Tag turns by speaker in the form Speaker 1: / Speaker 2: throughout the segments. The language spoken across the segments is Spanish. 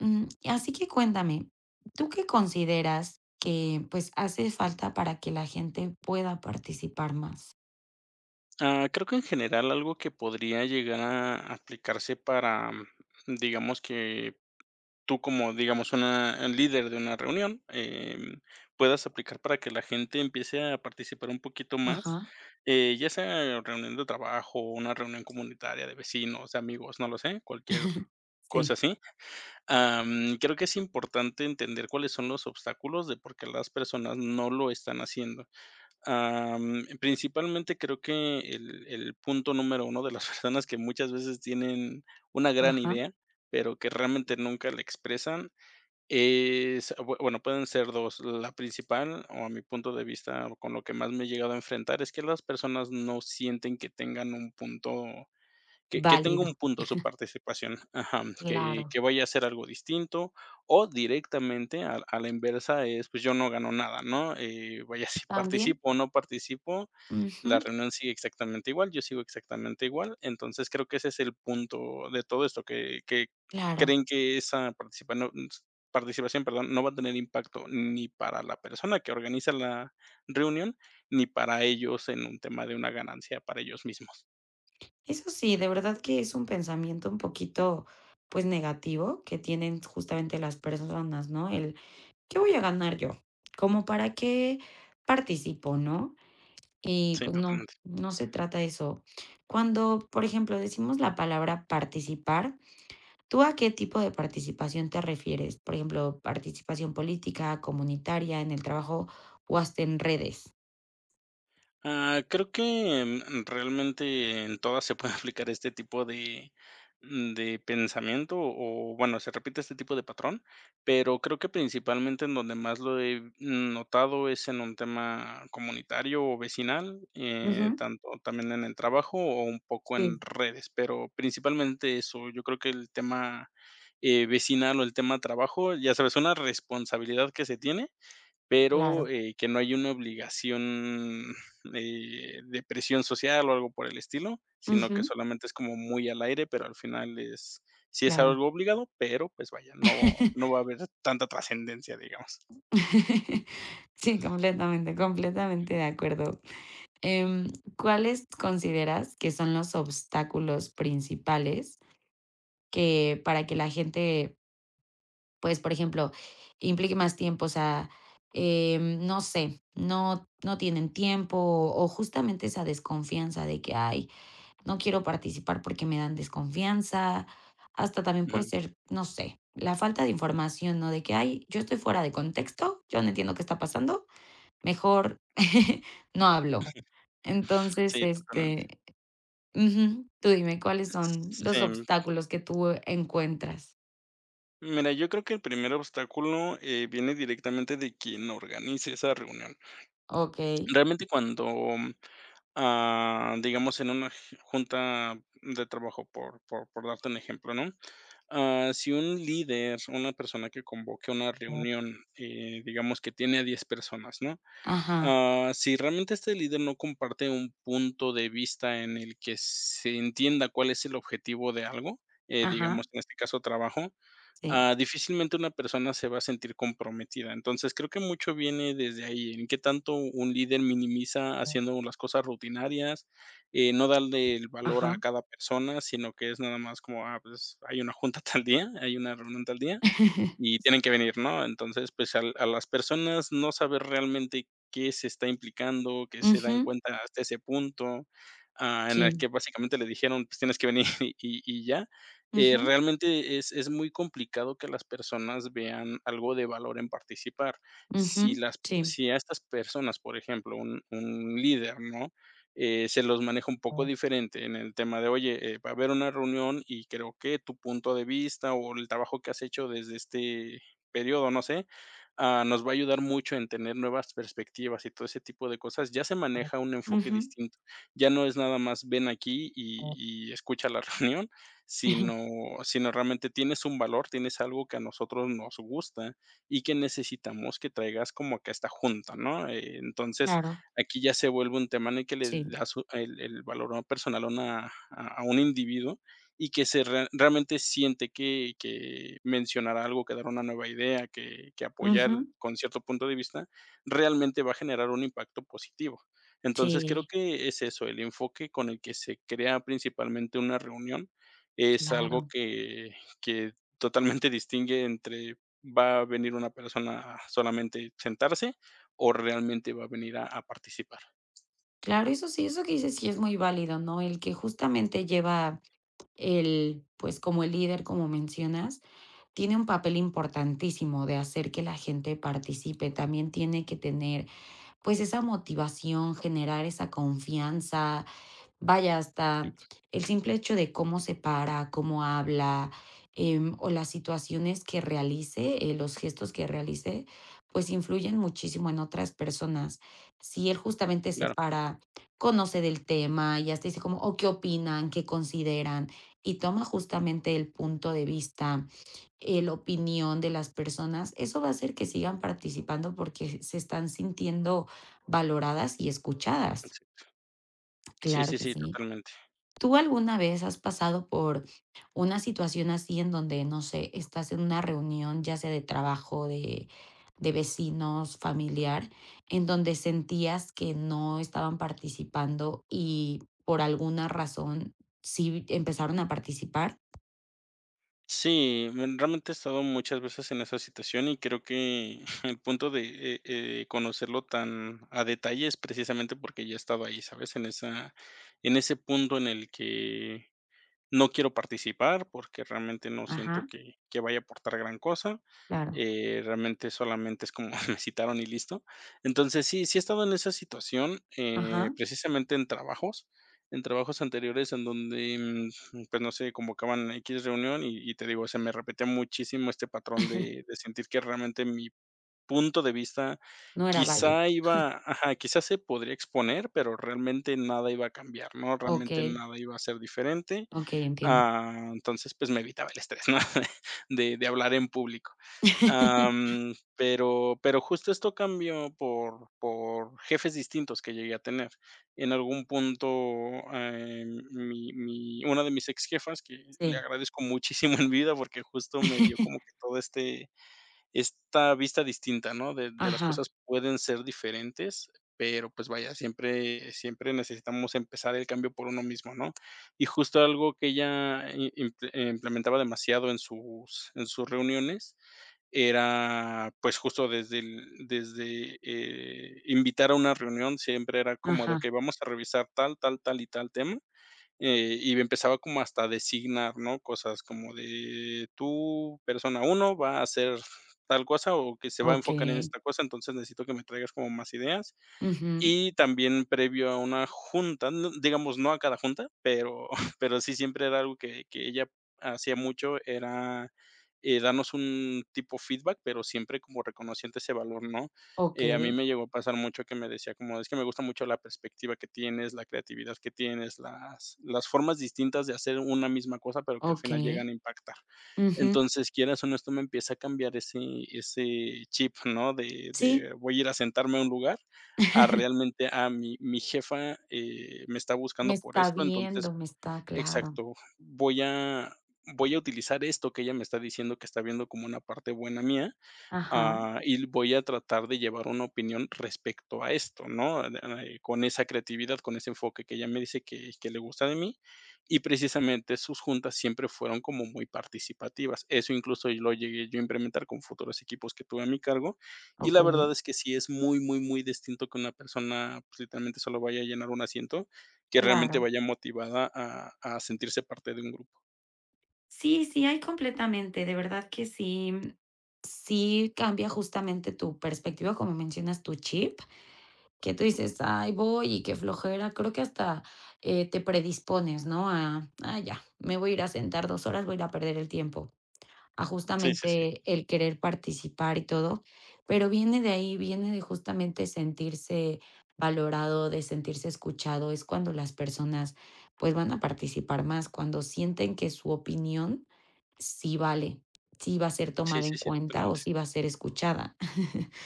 Speaker 1: Así que cuéntame, ¿tú qué consideras que, hace falta para que la gente pueda participar más?
Speaker 2: Creo que en general algo que podría llegar a aplicarse para, digamos, que tú como, digamos, una el líder de una reunión, puedas aplicar para que la gente empiece a participar un poquito más,
Speaker 1: Ajá.
Speaker 2: ya sea reunión de trabajo, una reunión comunitaria de vecinos, de amigos, no lo sé, cualquier cosa
Speaker 1: Sí,
Speaker 2: así. Creo que es importante entender cuáles son los obstáculos de por qué las personas no lo están haciendo. Principalmente creo que el punto número uno de las personas que muchas veces tienen una gran
Speaker 1: ajá.
Speaker 2: idea, pero que realmente nunca la expresan, es bueno, pueden ser 2. La principal, o a mi punto de vista, o con lo que más me he llegado a enfrentar, es que las personas no sienten que tengan un punto que tenga
Speaker 1: Válido,
Speaker 2: un punto su participación, ajá, que
Speaker 1: claro.
Speaker 2: que vaya a hacer algo distinto, o directamente a la inversa es, pues, yo no gano nada, ¿no? Vaya, si
Speaker 1: También,
Speaker 2: participo o no participo,
Speaker 1: ujú,
Speaker 2: la reunión sigue exactamente igual, yo sigo exactamente igual. Entonces, creo que ese es el punto de todo esto, que
Speaker 1: claro.
Speaker 2: creen que esa participación, perdón, no va a tener impacto ni para la persona que organiza la reunión, ni para ellos en un tema de una ganancia para ellos mismos.
Speaker 1: Eso sí, de verdad que es un pensamiento un poquito, pues, negativo que tienen justamente las personas, ¿no? El, ¿qué voy a ganar yo? Como para qué participo, ¿no? Y
Speaker 2: Sí,
Speaker 1: pues no,
Speaker 2: totalmente.
Speaker 1: no se trata de eso. Cuando, por ejemplo, decimos la palabra participar, ¿tú a qué tipo de participación te refieres? Por ejemplo, participación política, comunitaria, en el trabajo o hasta en redes.
Speaker 2: Creo que, realmente en todas se puede aplicar este tipo de de pensamiento, o bueno, se repite este tipo de patrón, pero creo que principalmente en donde más lo he notado es en un tema comunitario o vecinal,
Speaker 1: Ujú.
Speaker 2: tanto también en el trabajo o un poco
Speaker 1: Sí,
Speaker 2: en redes, pero principalmente eso, yo creo que el tema, vecinal o el tema trabajo, ya sabes, una responsabilidad que se tiene pero,
Speaker 1: claro.
Speaker 2: que no hay una obligación, de presión social o algo por el estilo, sino que
Speaker 1: Ujú,
Speaker 2: solamente es como muy al aire, pero al final es sí es
Speaker 1: claro.
Speaker 2: algo obligado, pero pues vaya, no va a haber tanta trascendencia, digamos.
Speaker 1: Sí, completamente, completamente de acuerdo. Em, ¿Cuáles consideras que son los obstáculos principales que para que la gente pues, por ejemplo, implique más tiempo, o sea, no sé, no tienen tiempo, o justamente esa desconfianza de que: "Ay, no quiero participar porque me dan desconfianza". Hasta también puede
Speaker 2: Ujú.
Speaker 1: ser, no sé, la falta de información, ¿no? De que: "Ay, yo estoy fuera de contexto, yo no entiendo qué está pasando, mejor no hablo". Entonces,
Speaker 2: Sí, totalmente.
Speaker 1: este ujú, tú dime, ¿cuáles son los
Speaker 2: Sí,
Speaker 1: obstáculos que tú encuentras?
Speaker 2: mira, yo creo que el primer obstáculo, viene directamente de quien organice esa reunión.
Speaker 1: Okey.
Speaker 2: Realmente cuando, digamos, en una junta de trabajo, por darte un ejemplo, ¿no? Si un líder, una persona que convoque una reunión, digamos que tiene a 10 personas, ¿no?
Speaker 1: Ajá,
Speaker 2: Si realmente este líder no comparte un punto de vista en el que se entienda cuál es el objetivo de algo, digamos,
Speaker 1: ajá.
Speaker 2: en este caso trabajo,
Speaker 1: Sí,
Speaker 2: difícilmente una persona se va a sentir comprometida. Entonces, creo que mucho viene desde ahí, en qué tanto un líder minimiza haciendo las cosas rutinarias, no darle el valor
Speaker 1: ajá.
Speaker 2: a cada persona, sino que es nada más como, pues hay una junta tal día, hay una reunión tal día, y tienen que venir, ¿no? Entonces, pues, al a las personas no saber realmente qué se está implicando, que se dan
Speaker 1: Ujú,
Speaker 2: cuenta hasta ese punto, en el
Speaker 1: sí.
Speaker 2: que básicamente le dijeron: "Pues, tienes que venir y ya",
Speaker 1: Ujú,
Speaker 2: realmente es muy complicado que las personas vean algo de valor en participar.
Speaker 1: ujú, sí.
Speaker 2: Si a estas personas, por ejemplo, un líder, ¿no? Se los maneja un poco diferente en el tema de, oye, va a haber una reunión y creo que tu punto de vista o el trabajo que has hecho desde este periodo, no sé, nos va a ayudar mucho en tener nuevas perspectivas y todo ese tipo de cosas. Ya se maneja un enfoque
Speaker 1: Ujú.
Speaker 2: distinto. Ya no es nada más ven aquí y escucha la reunión, sino, sino realmente tienes un valor, tienes algo que a nosotros nos gusta y que necesitamos que traigas como que a esta junta, ¿no? Entonces,
Speaker 1: Claro,
Speaker 2: aquí ya se vuelve un tema en el que le
Speaker 1: sí.
Speaker 2: da u el valor personal a una a un individuo y que se realmente siente que mencionar algo, que dar una nueva idea, que apoyar
Speaker 1: Ujú,
Speaker 2: con cierto punto de vista, realmente va a generar un impacto positivo. Entonces, creo
Speaker 1: sí,
Speaker 2: que es eso, el enfoque con el que se crea principalmente una reunión es algo
Speaker 1: claro.
Speaker 2: que totalmente distingue entre va a venir una persona a solamente sentarse o realmente va a venir a participar.
Speaker 1: Claro, eso sí, eso que dices sí es muy válido, ¿no? El que justamente lleva el, pues, como el líder, como mencionas, tiene un papel importantísimo de hacer que la gente participe. También tiene que tener, pues, esa motivación, generar esa confianza. Vaya, hasta
Speaker 2: Sí,
Speaker 1: el simple hecho de cómo se para, cómo habla, o las situaciones que realice, los gestos que realice, pues influyen muchísimo en otras personas. Si él justamente se
Speaker 2: claro,
Speaker 1: para, conoce del tema y hasta dice como, o qué opinan, qué consideran, y toma justamente el punto de vista, la opinión de las personas, eso va a hacer que sigan participando porque se están sintiendo valoradas y escuchadas.
Speaker 2: exacto. Sí,
Speaker 1: Claro
Speaker 2: sí,
Speaker 1: que
Speaker 2: sí,
Speaker 1: sí.
Speaker 2: totalmente.
Speaker 1: ¿Tú alguna vez has pasado por una situación así en donde, no sé, estás en una reunión, ya sea de trabajo, de vecinos, familiar, en donde sentías que no estaban participando y por alguna razón sí empezaron a participar?
Speaker 2: Sí, realmente he estado muchas veces en esa situación y creo que el punto de, conocerlo tan a detalle es precisamente porque ya he estado ahí, ¿sabes? En esa, en ese punto en el que no quiero participar porque realmente no siento
Speaker 1: Ajá,
Speaker 2: que vaya a aportar gran cosa,
Speaker 1: claro.
Speaker 2: realmente solamente es como me citaron y listo. Entonces, sí, sí he estado en esa situación,
Speaker 1: Ajá,
Speaker 2: precisamente en trabajos anteriores en donde, pues, no sé, convocaban x reunión y te digo, se me repetía muchísimo este patrón de sentir que realmente mi punto de vista
Speaker 1: no era válido.
Speaker 2: quizá iba ajá, quizá se podría exponer, pero realmente nada iba a cambiar, ¿no? Realmente
Speaker 1: Okey,
Speaker 2: nada iba a ser diferente.
Speaker 1: okey, entiendo.
Speaker 2: Entonces, pues, me evitaba el estrés, ¿no? De hablar en público. Am, pero justo esto cambió por jefes distintos que llegué a tener. En algún punto, eh, mi mi una de mis ex jefas que le
Speaker 1: Sí.
Speaker 2: agradezco muchísimo en vida, porque justo me dio como que todo este, esta vista distinta, ¿no? De las
Speaker 1: Ajá,
Speaker 2: cosas pueden ser diferentes, pero, pues, vaya, siempre siempre necesitamos empezar el cambio por uno mismo, ¿no? Y justo algo que ella i imple implementaba demasiado en sus reuniones era, pues, justo desde invitar a una reunión, siempre era como de:
Speaker 1: ajá,
Speaker 2: "Okey, vamos a revisar tal, tal, tal y tal tema", y empezaba como hasta a designar, ¿no? Cosas como de tú, persona uno va a hacer tal cosa o que se va a enfocar en
Speaker 1: okey.
Speaker 2: esta cosa, entonces necesito que me traigas como más ideas.
Speaker 1: Ujú.
Speaker 2: Y también previo a una junta, no, digamos, no a cada junta, pero pero sí siempre era algo que ella hacía mucho, era, darnos un tipo feedback, pero siempre como reconociendo ese valor, ¿no? A mí
Speaker 1: Okey,
Speaker 2: me llegó a pasar mucho que me decía como: "Es que me gusta mucho la perspectiva que tienes, la creatividad que tienes, las formas distintas de hacer una misma cosa, pero que al final
Speaker 1: okey.
Speaker 2: llegan a impactar".
Speaker 1: Ujú.
Speaker 2: Entonces, quieras o no, esto me empieza a cambiar ese chip, ¿no? De
Speaker 1: Sí,
Speaker 2: de voy a ir a sentarme a un lugar a realmente, a mi jefa, me está
Speaker 1: me
Speaker 2: buscando por
Speaker 1: está
Speaker 2: esto, entonces
Speaker 1: viendo, me está claro.
Speaker 2: exacto, voy a voy a utilizar esto que ella me está diciendo que está viendo como una parte buena mía.
Speaker 1: Ajá,
Speaker 2: Y voy a tratar de llevar una opinión respecto a esto, ¿no? Con esa creatividad, con ese enfoque que ella me dice que le gusta de mí. Y precisamente sus juntas siempre fueron como muy participativas. Eso incluso yo lo llegué yo a implementar con futuros equipos que tuve a mi cargo. Y la
Speaker 1: okey,
Speaker 2: verdad es que sí es muy, muy, muy distinto que una persona pues, literalmente solo vaya a llenar un asiento, que realmente
Speaker 1: claro.
Speaker 2: vaya motivada a sentirse parte de un grupo.
Speaker 1: Sí, sí, hay completamente, de verdad que sí, sí cambia justamente tu perspectiva, como mencionas, tu chip, que tú dices: "Ay, voy y qué flojera". Creo que hasta, te predispones, ¿no? A: "Ah, ya, me voy a ir a sentar 2 horas, voy a ir a perder el tiempo". A
Speaker 2: Sí, sí, sí.
Speaker 1: justamente el querer participar y todo, pero viene de ahí, viene de justamente sentirse valorado, de sentirse escuchado, es cuando las personas pues van a participar más, cuando sienten que su opinión sí vale, sí va a ser
Speaker 2: Sí,
Speaker 1: tomada en
Speaker 2: sí, sí,
Speaker 1: cuenta o
Speaker 2: totalmente.
Speaker 1: sí va a ser escuchada.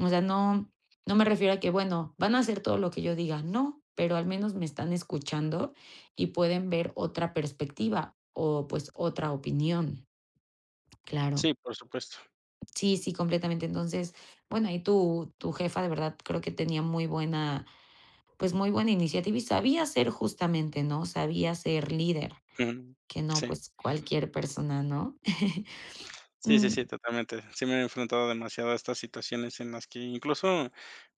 Speaker 1: O sea, no, no me refiero a que, bueno, van a hacer todo lo que yo diga, no, pero al menos me están escuchando y pueden ver otra perspectiva o pues otra opinión, claro.
Speaker 2: Sí, por supuesto.
Speaker 1: Sí, sí, completamente. Entonces, bueno, ahí tu jefa de verdad creo que tenía muy buena, pues, muy buena iniciativa y sabía ser justamente, ¿no? Sabía ser líder,
Speaker 2: Ujú.
Speaker 1: que no,
Speaker 2: Sí.
Speaker 1: pues, cualquier persona, ¿no?
Speaker 2: Sí, sí,
Speaker 1: Mm,
Speaker 2: sí, totalmente. Sí me he enfrentado demasiado a estas situaciones en las que incluso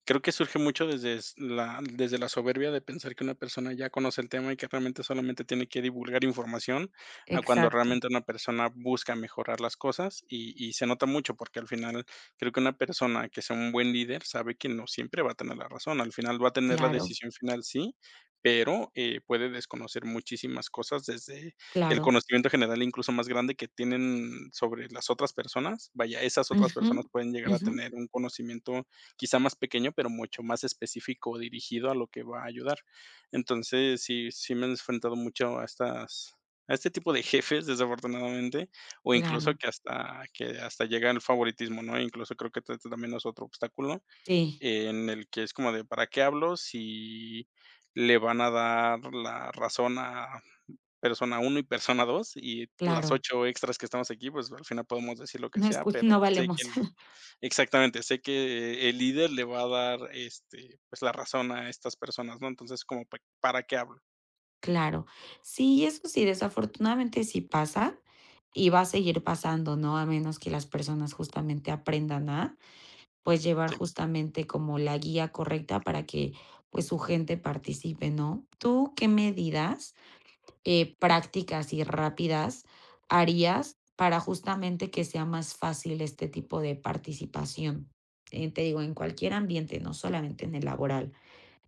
Speaker 2: creo que surge mucho desde la soberbia de pensar que una persona ya conoce el tema y que realmente solamente tiene que divulgar información, a cuando
Speaker 1: exacto.
Speaker 2: realmente una persona busca mejorar las cosas, y se nota mucho, porque al final creo que una persona que sea un buen líder sabe que no siempre va a tener la razón. Al final va a tener la
Speaker 1: Claro,
Speaker 2: decisión final, sí, pero, puede desconocer muchísimas cosas desde el
Speaker 1: claro.
Speaker 2: conocimiento general incluso más grande que tienen sobre las otras personas, vaya, esas otras
Speaker 1: Ujú,
Speaker 2: personas pueden llegar a
Speaker 1: ujú,
Speaker 2: tener un conocimiento quizá más pequeño, pero mucho más específico dirigido a lo que va a ayudar. Entonces, sí me he enfrentado mucho a estas, a este tipo de jefes, desafortunadamente, o incluso
Speaker 1: claro.
Speaker 2: que hasta llega el favoritismo, ¿no? Incluso creo que t también es otro obstáculo
Speaker 1: Sí,
Speaker 2: en el que es como de, ¿para qué hablo si le van a dar la razón a Persona uno y Persona 2 y las
Speaker 1: claro.
Speaker 2: 8 extras que estamos aquí? Pues, al final podemos decir lo que
Speaker 1: No
Speaker 2: sea,
Speaker 1: escu
Speaker 2: pero
Speaker 1: no
Speaker 2: sé
Speaker 1: valemos.
Speaker 2: que, el exactamente, sé que el líder le va a dar, este, pues, la razón a estas personas, ¿no? Entonces, como, ¿pa para qué hablo?
Speaker 1: Claro. Sí, eso sí, desafortunadamente sí pasa y va a seguir pasando, ¿no? A menos que las personas justamente aprendan a pues, llevar
Speaker 2: Sí.
Speaker 1: justamente como la guía correcta para que, pues, su gente participe, ¿no? ¿Tú qué medidas, prácticas y rápidas harías para justamente que sea más fácil este tipo de participación? Te digo, en cualquier ambiente, no solamente en el laboral,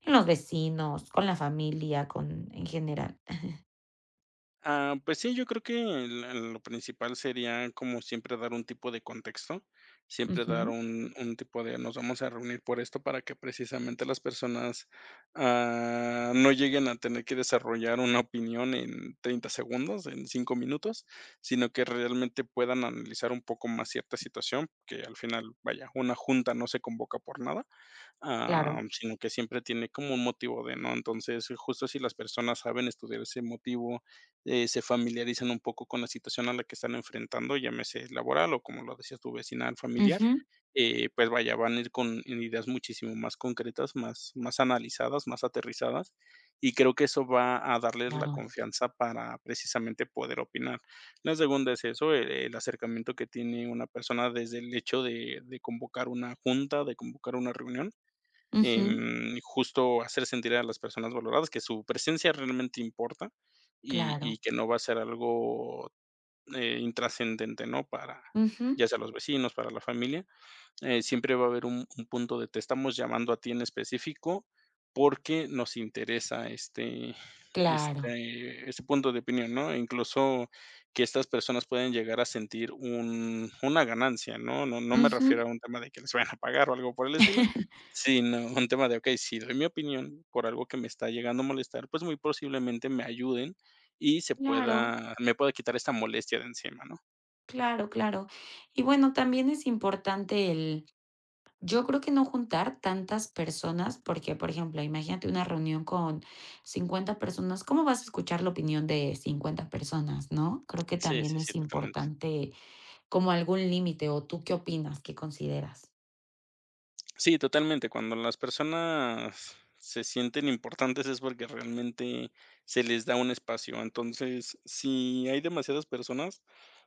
Speaker 1: en los vecinos, con la familia, con en general.
Speaker 2: Pues sí, yo creo que lo principal sería como siempre dar un tipo de contexto, siempre dar
Speaker 1: Ujú,
Speaker 2: un tipo de nos vamos a reunir por esto para que precisamente las personas no lleguen a tener que desarrollar una opinión en 30 segundos, en 5 minutos, sino que realmente puedan analizar un poco más cierta situación, que al final, vaya, una junta no se convoca por nada,
Speaker 1: claro.
Speaker 2: sino que siempre tiene como un motivo de, ¿no? Entonces, justo si las personas saben estudiar ese motivo, se familiarizan un poco con la situación a la que están enfrentando, llámese laboral o como lo decías tu vecinal familiar,
Speaker 1: Ujú,
Speaker 2: pues vaya, van a ir con ideas muchísimo más concretas, más, más analizadas, más aterrizadas, y creo que eso va a darles la
Speaker 1: claro.
Speaker 2: confianza para precisamente poder opinar. La segunda es eso, el acercamiento que tiene una persona desde el hecho de convocar una junta, de convocar una reunión,
Speaker 1: Ujú,
Speaker 2: justo hacer sentir a las personas valoradas, que su presencia realmente importa y
Speaker 1: claro.
Speaker 2: y que no va a ser algo, intrascendente, ¿no? Para,
Speaker 1: Ujú,
Speaker 2: ya sea los vecinos, para la familia. Siempre va a haber un punto de te estamos llamando a ti en específico porque nos interesa
Speaker 1: claro.
Speaker 2: este punto de opinión, ¿no? E incluso que estas personas pueden llegar a sentir un una ganancia, ¿no? No me
Speaker 1: Ujú,
Speaker 2: refiero a un tema de que les vayan a pagar o algo por el estilo, sino un tema de, okey, si doy mi opinión por algo que me está llegando a molestar, pues muy posiblemente me ayuden y se
Speaker 1: claro.
Speaker 2: pueda me pueda quitar esta molestia de encima, ¿no?
Speaker 1: Claro, claro. Y bueno, también es importante el yo creo que no juntar tantas personas, porque, por ejemplo, imagínate una reunión con 50 personas, ¿cómo vas a escuchar la opinión de 50 personas, no? Creo que
Speaker 2: Sí,
Speaker 1: también
Speaker 2: sí,
Speaker 1: es
Speaker 2: sí, totalmente.
Speaker 1: importante como algún límite, ¿o tú qué opinas? ¿Qué consideras?
Speaker 2: Sí, totalmente. Cuando las personas se sienten importantes es porque realmente se les da un espacio. Entonces, si hay demasiadas personas,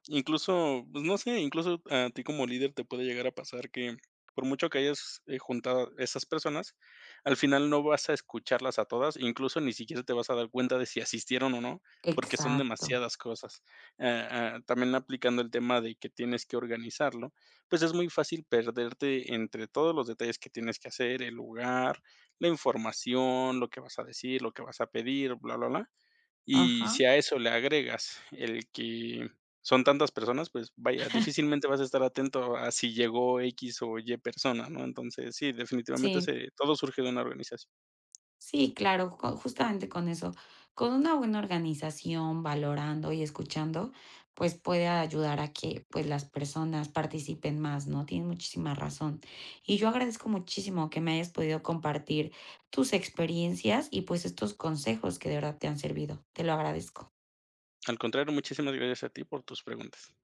Speaker 2: incluso, pues, no sé, incluso a ti como líder te puede llegar a pasar que por mucho que hayas, juntado esas personas, al final no vas a escucharlas a todas, incluso ni siquiera te vas a dar cuenta de si asistieron o no, porque son
Speaker 1: Exacto.
Speaker 2: demasiadas cosas. Ah, También aplicando el tema de que tienes que organizarlo, pues es muy fácil perderte entre todos los detalles que tienes que hacer, el lugar, la información, lo que vas a decir, lo que vas a pedir, bla, bla, bla. Y
Speaker 1: Ajá,
Speaker 2: si a eso le agregas el que son tantas personas, pues vaya, difícilmente vas a estar atento a si llegó X o Y persona, ¿no? Entonces, sí, definitivamente
Speaker 1: sí.
Speaker 2: se, todo surge de una organización.
Speaker 1: Sí, claro, co- justamente con eso, con una buena organización, valorando y escuchando, pues puede ayudar a que pues las personas participen más, ¿no? Tienes muchísima razón. Y yo agradezco muchísimo que me hayas podido compartir tus experiencias y pues estos consejos que de verdad te han servido. Te lo agradezco.
Speaker 2: Al contrario, muchísimas gracias a ti por tus preguntas.